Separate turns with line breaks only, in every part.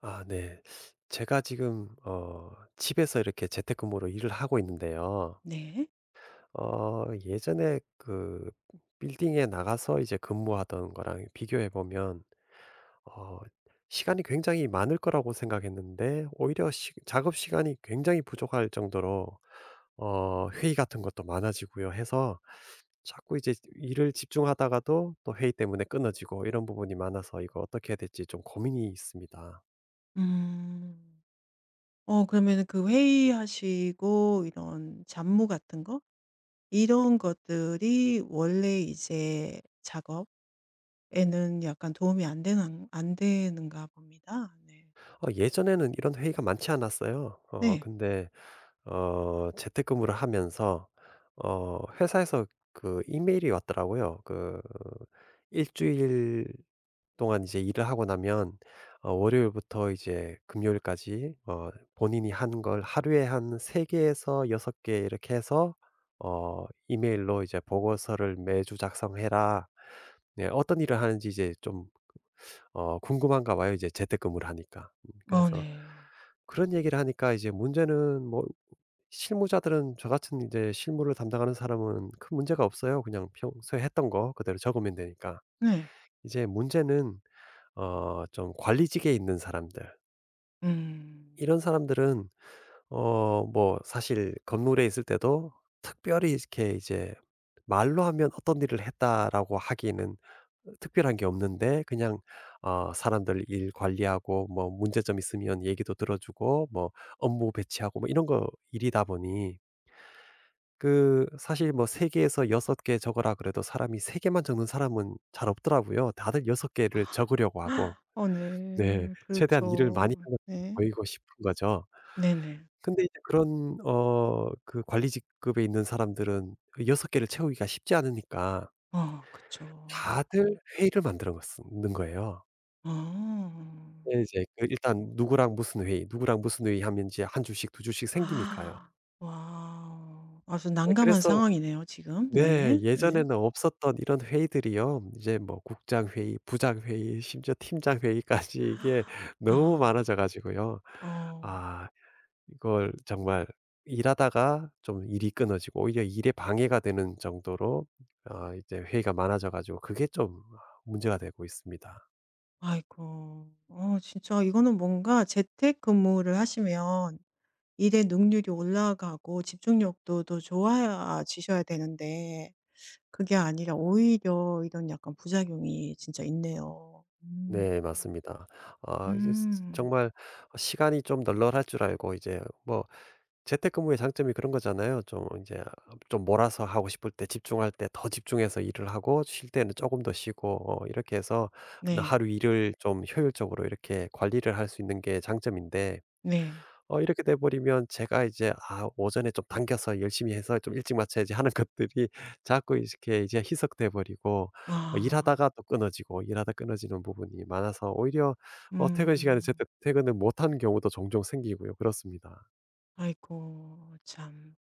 아 네. 제가 지금 집에서 이렇게 재택근무로 일을 하고 있는데요.
네.
어 예전에 그 빌딩에 나가서 이제 근무하던 거랑 비교해 보면 어 시간이 굉장히 많을 거라고 생각했는데, 오히려 시 작업 시간이 굉장히 부족할 정도로 회의 같은 것도 많아지고요, 해서 자꾸 이제 일을 집중하다가도 또 회의 때문에 끊어지고 이런 부분이 많아서 이거 어떻게 해야 될지 좀 고민이 있습니다.
음. 어 그러면은 그 회의하시고 이런 잡무 같은 거 이런 것들이 원래 이제 작업에는 약간 도움이 안 되는가 봅니다. 네.
예전에는 이런 회의가 많지 않았어요.
네.
근데 재택근무를 하면서 회사에서 이메일이 왔더라고요. 일 주일 동안 이제 일을 하고 나면 월요일부터 이제 금요일까지, 본인이 한 걸 하루에 한 3 개에서 6개 이렇게 해서 이메일로 이제 "보고서를 매주 작성해라." 네, 어떤 일을 하는지 이제 좀 궁금한가 봐요, 이제 재택근무를 하니까.
어
그래서
네.
그런 얘기를 하니까 이제 문제는, 뭐 실무자들은, 저 같은 이제 실무를 담당하는 사람은 큰 문제가 없어요. 그냥 평소에 했던 거 그대로 적으면 되니까.
네.
이제 문제는 좀 관리직에 있는 사람들.
음.
이런 사람들은 뭐 사실 건물에 있을 때도 특별히 이렇게 이제 말로 하면 '어떤 일을 했다.'라고 하기에는 특별한 게 없는데, 그냥 사람들 일 관리하고, 뭐 문제점 있으면 얘기도 들어 주고, 뭐 업무 배치하고, 뭐 이런 거 일이다 보니 사실 뭐 3 개에서 6개적어라 그래도 사람이 3 개만 적는 사람은 잘 없더라고요. 다들 6 개를
아.
적으려고 하고.
어
네.
네.
최대한 일을 많이
그렇죠.
하는 것처럼
네.
보이고 싶은 거죠.
네네.
근데 이제 그런 관리직급에 있는 사람들은 6 개를 채우기가 쉽지 않으니까
어 그쵸.
다들 회의를 만들어 갔스 는 거예요.
어.
예, 이제 일단 누구랑 무슨 회의, 누구랑 무슨 회의 하면 이제 한 주씩 두 주씩 생기니까요.
아. 와 아주
예,
난감한
그래서
상황이네요 지금.
네,
네. 네.
예전에는 없었던 이런 회의들이요. 이제 뭐 국장 회의, 부장 회의, 심지어 팀장 회의까지, 이게 너무
아.
많아져 가지고요.
어.
아 이걸 정말 일하다가 좀 일이 끊어지고 오히려 일에 방해가 되는 정도로 이제 회의가 많아져 가지고 그게 좀 문제가 되고 있습니다.
아이고. 어 진짜 이거는 뭔가 재택근무를 하시면 일의 능률이 올라가고 집중력도 더 좋아지셔야 되는데 그게 아니라 오히려 이런 약간 부작용이 진짜 있네요.
네,
음.
맞습니다. 아이스
음.
정말 시간이 좀 널널할 줄 알고, 이제 뭐 재택근무의 장점이 그런 거잖아요. 좀 이제 좀 몰아서 하고 싶을 때 집중할 때 더 집중해서 일을 하고, 쉴 때는 조금 더 쉬고 이렇게 해서
네.
하루 일을 좀 효율적으로 이렇게 관리를 할 수 있는 게 장점인데,
네.
이렇게 돼 버리면 제가 이제 '아 오전에 좀 당겨서 열심히 해서 좀 일찍 마쳐야지.' 하는 것들이 자꾸 이렇게 이제 희석돼 버리고,
아.
일하다가 또 끊어지고, 일하다 끊어지는 부분이 많아서 오히려 퇴근 시간에
음.
제때 퇴근을 못하는 경우도 종종 생기고요. 그렇습니다.
아이고 참.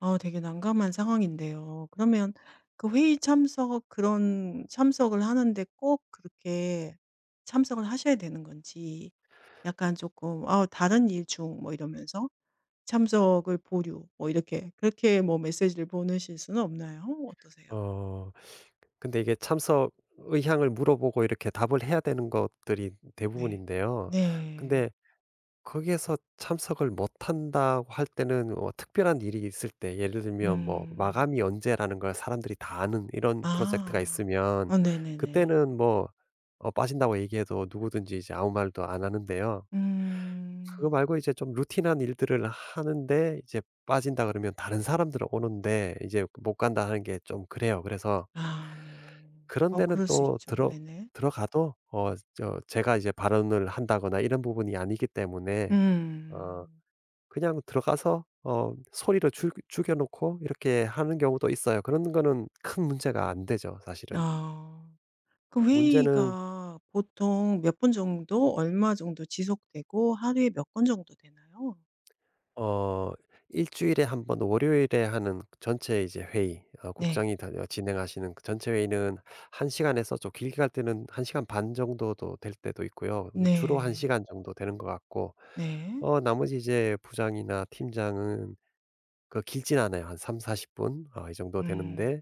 아 되게 난감한 상황인데요. 그러면 그 회의 참석 그런 참석을 하는데 꼭 그렇게 참석을 하셔야 되는 건지 약간 조금 "아 다른 일 중." 뭐 이러면서 참석을 보류 뭐 이렇게 그렇게 뭐 메시지를 보내실 수는 없나요? 어떠세요?
어 근데 이게 참석 의향을 물어보고 이렇게 답을 해야 되는 것들이
네.
대부분인데요.
네.
근데 거기에서 참석을 못한다고 할 때는 뭐 특별한 일이 있을 때, 예를 들면 뭐
음.
마감이 언제라는 걸 사람들이 다 아는 이런 프로젝트가
아.
있으면
아 네네네.
그때는 뭐 빠진다고 얘기해도 누구든지 이제 아무 말도 안 하는데요. 그거
음.
말고 이제 좀 루틴한 일들을 하는데, 이제 빠진다 그러면 다른 사람들은 오는데 이제 못 간다 하는 게 좀 그래요. 그래서
아 네.
그런
어
데는
그럴 수
또
있죠. 네네.
들어가도 저 제가 이제 발언을 한다거나 이런 부분이 아니기 때문에 어
음.
그냥 들어가서 소리를 죽 죽여 놓고 이렇게 하는 경우도 있어요. 그런 거는 큰 문제가 안 되죠 사실은.
아. 그
문제는
회의가 보통 몇 분 정도 얼마 정도 지속되고 하루에 몇 건 정도 되나요?
어 일 주일에 한번 월요일에 하는 전체 이제 회의,
네.
국장이 다 진행하시는 그 전체 회의는 1 시간에서, 좀 길게 갈 때는 1 시간 반 정도도 될 때도 있고요. 주로 1
네.
시간 정도 되는 것 같고,
네.
나머지 이제 부장이나 팀장은 길진 않아요. 한3사4 0 분 이 정도
음.
되는데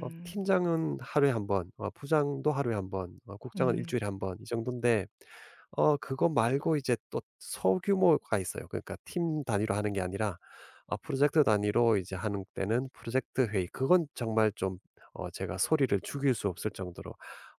팀장은 하루에 한 번, 부장도 하루에 한 번, 국장은 일
음.
주일에 한번이정도인데 그거 말고 이제 또 소규모가 있어요. 그러니까 팀 단위로 하는 게 아니라 아, 프로젝트 단위로 이제 하는 때는 프로젝트 회의, 그건 정말 좀 제가 소리를 죽일 수 없을 정도로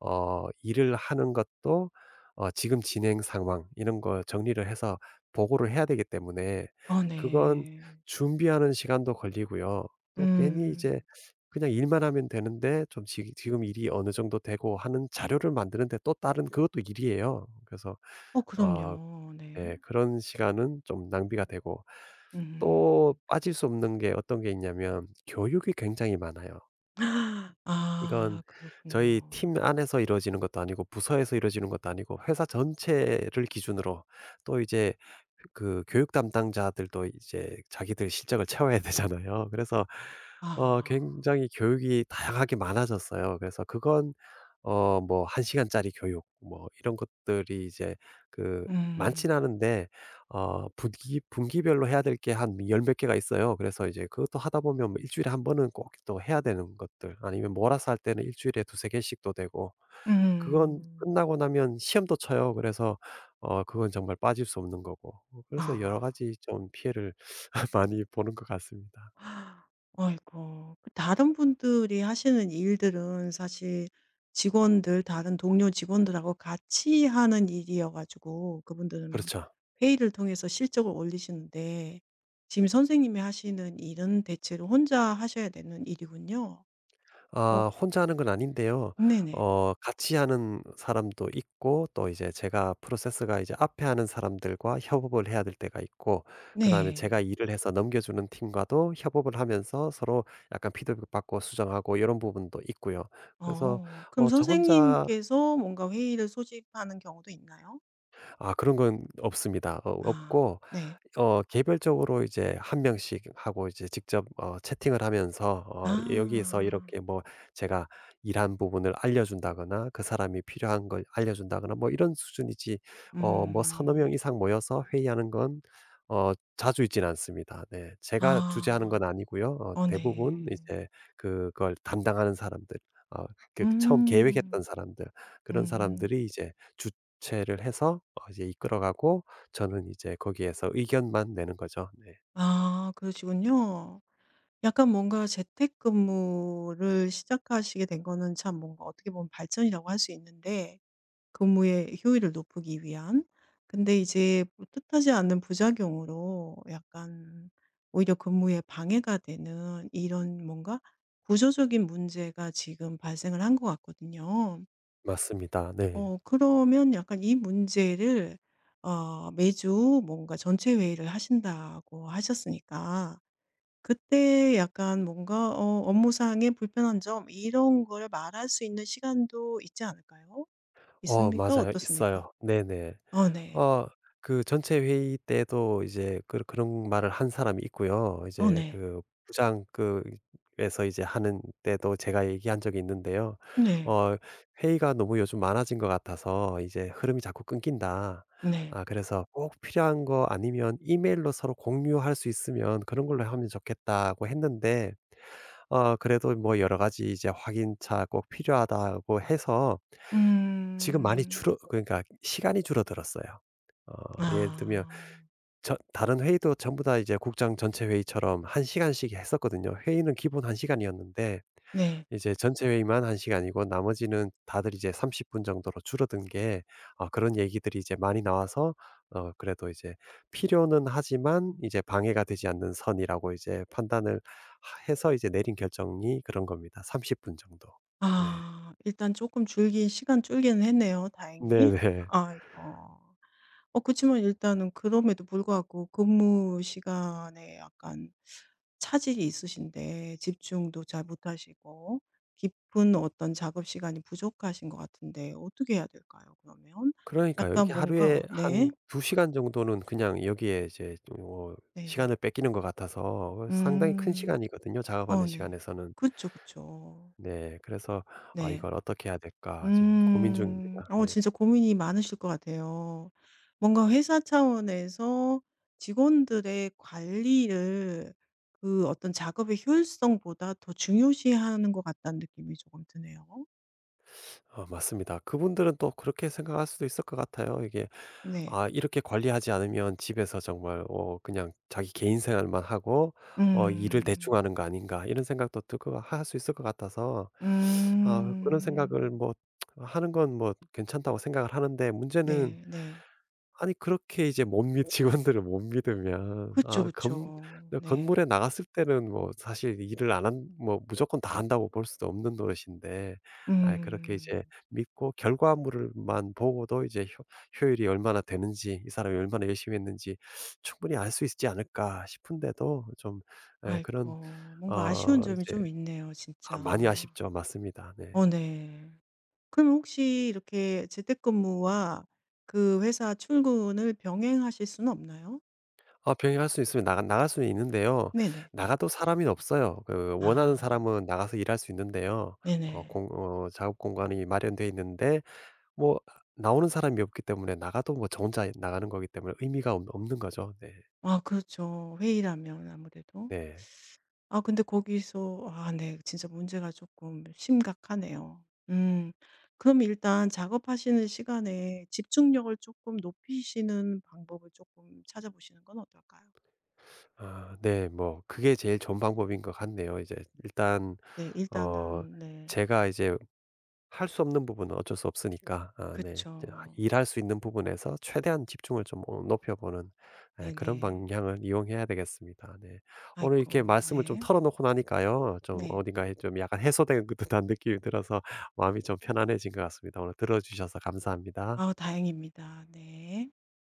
일을 하는 것도 지금 진행 상황 이런 거 정리를 해서 보고를 해야 되기 때문에
어
그건
네.
준비하는 시간도 걸리고요. 또 괜히 이제
음.
그냥 일만 하면 되는데, 좀 지 지금 일이 어느 정도 되고 하는 자료를 만드는데, 또 다른 그것도 일이에요. 그래서
어
어,
그럼요. 네.
네. 그런 시간은 좀 낭비가 되고, 또
음.
빠질 수 없는 게 어떤 게 있냐면, 교육이 굉장히 많아요. 이건
아
저희 팀
그렇군요.
안에서 이루어지는 것도 아니고, 부서에서 이루어지는 것도 아니고, 회사 전체를 기준으로 또 이제 교육 담당자들도 이제 자기들 실적을 채워야 되잖아요. 그래서
아.
굉장히 교육이 다양하게 많아졌어요. 그래서 그건 뭐 한 시간짜리 교육 뭐 이런 것들이 이제 그 많진
음.
않은데, 분기별로 해야 될 게 한 열 몇 개가 있어요. 그래서 이제 그것도 하다 보면 뭐 주일에 한 번은 꼭 또 해야 되는 것들, 아니면 몰아서 할 때는 일 주일에 두세 개씩도 되고, 그건
음.
끝나고 나면 시험도 쳐요. 그래서 그건 정말 빠질 수 없는 거고. 그래서 여러
아.
가지 좀 피해를 많이 보는 것 같습니다.
아이고. 그 다른 분들이 하시는 일들은 사실 직원들 다른 동료 직원들하고 같이 하는 일이어 가지고 그분들은 막
그렇죠.
회의를 통해서 실적을 올리시는데 지금 선생님이 하시는 일은 대체로 혼자 하셔야 되는 일이군요. 어
아 혼자 하는 건 아닌데요.
네네.
같이 하는 사람도 있고, 또 이제 제가 프로세스가 이제 앞에 하는 사람들과 협업을 해야 될 때가 있고, 그다음에 제가
네.
일을 해서 넘겨주는 팀과도 협업을 하면서 서로 약간 피드백 받고 수정하고 이런 부분도 있고요. 그래서
어. 그럼
어 저 혼자
선생님께서 뭔가 회의를 소집하는 경우도 있나요?
아, 그런 건 없습니다.
아
없고
네.
개별적으로 이제 한 명씩 하고, 이제 직접 채팅을 하면서 예, 여기에서
아.
이렇게 뭐 제가 일한 부분을 알려준다거나, 그 사람이 필요한 걸 알려준다거나, 뭐 이런 수준이지 뭐 서너 명
음.
이상 모여서 회의하는 건 자주 있지는 않습니다. 네. 제가 주재하는 건
아.
아니고요.
어
대부분
네.
이제 그걸 담당하는 사람들, 어 처음 계획했던
음.
사람들, 그런
음.
사람들이 이제 주체를 해서 이제 이끌어가고, 저는 이제 거기에서 의견만 내는 거죠. 네.
아 그러시군요. 약간 뭔가 재택근무를 시작하시게 된 거는 참 뭔가 어떻게 보면 발전이라고 할 수 있는데 근무의 효율을 높이기 위한. 근데 이제 뭐 뜻하지 않는 부작용으로 약간 오히려 근무에 방해가 되는 이런 뭔가 구조적인 문제가 지금 발생을 한 것 같거든요.
맞습니다. 네.
어 그러면 약간 이 문제를 어 매주 뭔가 전체 회의를 하신다고 하셨으니까 그때 약간 뭔가 어 업무상의 불편한 점 이런 걸 말할 수 있는 시간도 있지 않을까요? 있습니까?
맞아요.
어떻습니까?
있어요. 네네.
어 네.
어 그 전체 회의 때도 이제 그런 말을 한 사람이 있고요.
어
이제
네.
그 부장 그 에서 이제 하는 때도 제가 얘기한 적이 있는데요.
네.
어 "회의가 너무 요즘 많아진 것 같아서 이제 흐름이 자꾸 끊긴다.
네.
아 그래서 꼭 필요한 거 아니면 이메일로 서로 공유할 수 있으면 그런 걸로 하면 좋겠다."고 했는데, 그래도 뭐 여러 가지 이제 확인차 꼭 필요하다고 해서 지금 많이
음.
줄어 그러니까 시간이 줄어들었어요. 어 예를 들면
아.
다른 회의도 전부 다 이제 국장 전체 회의처럼 한 시간씩 했었거든요. 회의는 기본 한 시간이었는데,
네.
이제 전체 회의만 1 시간이고 나머지는 다들 이제 30분 정도로 줄어든 게, 그런 얘기들이 이제 많이 나와서 그래도 이제 필요는 하지만 이제 방해가 되지 않는 선이라고 이제 판단을 하 해서 이제 내린 결정이 그런 겁니다. 30분 정도. 네.
아 일단 조금 줄긴 시간 줄기는 했네요 다행히.
네네.
아이고. 어 그치만 일단은 그럼에도 불구하고 근무 시간에 약간 차질이 있으신데 집중도 잘 못하시고 깊은 어떤 작업 시간이 부족하신 것 같은데 어떻게 해야 될까요 그러면?
그러니까요. 이게
약간
하루에
뭔가 네.
한 2 시간 정도는 그냥 여기에 이제
네네.
시간을 뺏기는 것 같아서 상당히 큰
음.
시간이거든요, 작업하는
어 네.
시간에서는.
그쵸, 그쵸.
네. 그래서 '아
네.
이걸 어떻게 해야 될까.' 지금 고민
음.
중입니다.
어
네.
진짜 고민이 많으실 것 같아요. 뭔가 회사 차원에서 직원들의 관리를 그 어떤 작업의 효율성보다 더 중요시하는 것 같다는 느낌이 조금 드네요.
아 맞습니다. 그분들은 또 그렇게 생각할 수도 있을 것 같아요. 이게
네.
'아 이렇게 관리하지 않으면 집에서 정말 그냥 자기 개인 생활만 하고 일을 대충
음.
하는 거 아닌가.' 이런 생각도 들고 할 수 있을 것 같아서 아, 그런
음.
생각을 뭐 하는 건 뭐 괜찮다고 생각을 하는데, 문제는
네 네.
아니 그렇게 이제 못 믿 직원들을 못 믿으면
그쵸,
아
그쵸.
건 네, 건물에
네.
나갔을 때는 뭐 사실 일을 안 한, 뭐 무조건 다 한다고 볼 수도 없는 노릇인데, 아 그렇게 이제
음.
믿고 결과물을 만 보고도 이제 효 '효율이 얼마나 되는지, 이 사람이 얼마나 열심히 했는지 충분히 알 수 있지 않을까.' 싶은데도 좀, 예
아이
그런
고 뭔가
어
아쉬운 점이
이제
좀 있네요,
아 많이
진짜.
아쉽죠. 맞습니다. 네.
어 네. 그럼 혹시 이렇게 재택근무와 그 회사 출근을 병행하실 수는 없나요?
아 병행할 수 있으면 나가 나갈 수는 있는데요.
네네.
나가도 사람이 없어요. 그 원하는
아
사람은 나가서 일할 수 있는데요. 어
네네.
공 어 작업 공간이 마련돼 있는데 뭐 나오는 사람이 없기 때문에 나가도 뭐 저 혼자 나가는 거기 때문에 의미가 없 없는 거죠. 네.
아 그렇죠. 회의라면 아무래도.
네.
아 근데 거기서 아 네 진짜 문제가 조금 심각하네요. 음. 그럼 일단 작업하시는 시간에 집중력을 조금 높이시는 방법을 조금 찾아보시는 건 어떨까요?
아 네. 뭐 그게 제일 좋은 방법인 것 같네요. 이제 일단
네
어
일단은 네.
제가 이제 할 수 없는 부분은 어쩔 수 없으니까, 아 네, 이제 하
그쵸.
일할 수 있는 부분에서 최대한 집중을 좀 높여보는, 예, 그런
네네.
방향을 이용해야 되겠습니다. 네. 오늘 이렇게
아이코
말씀을 좀
네.
털어놓고 나니까요. 좀
네.
어딘가에 좀 약간 해소된 듯한 느낌이 들어서 마음이 좀 편안해진 것 같습니다. 오늘 들어주셔서
아
감사합니다.
다행입니다. 네.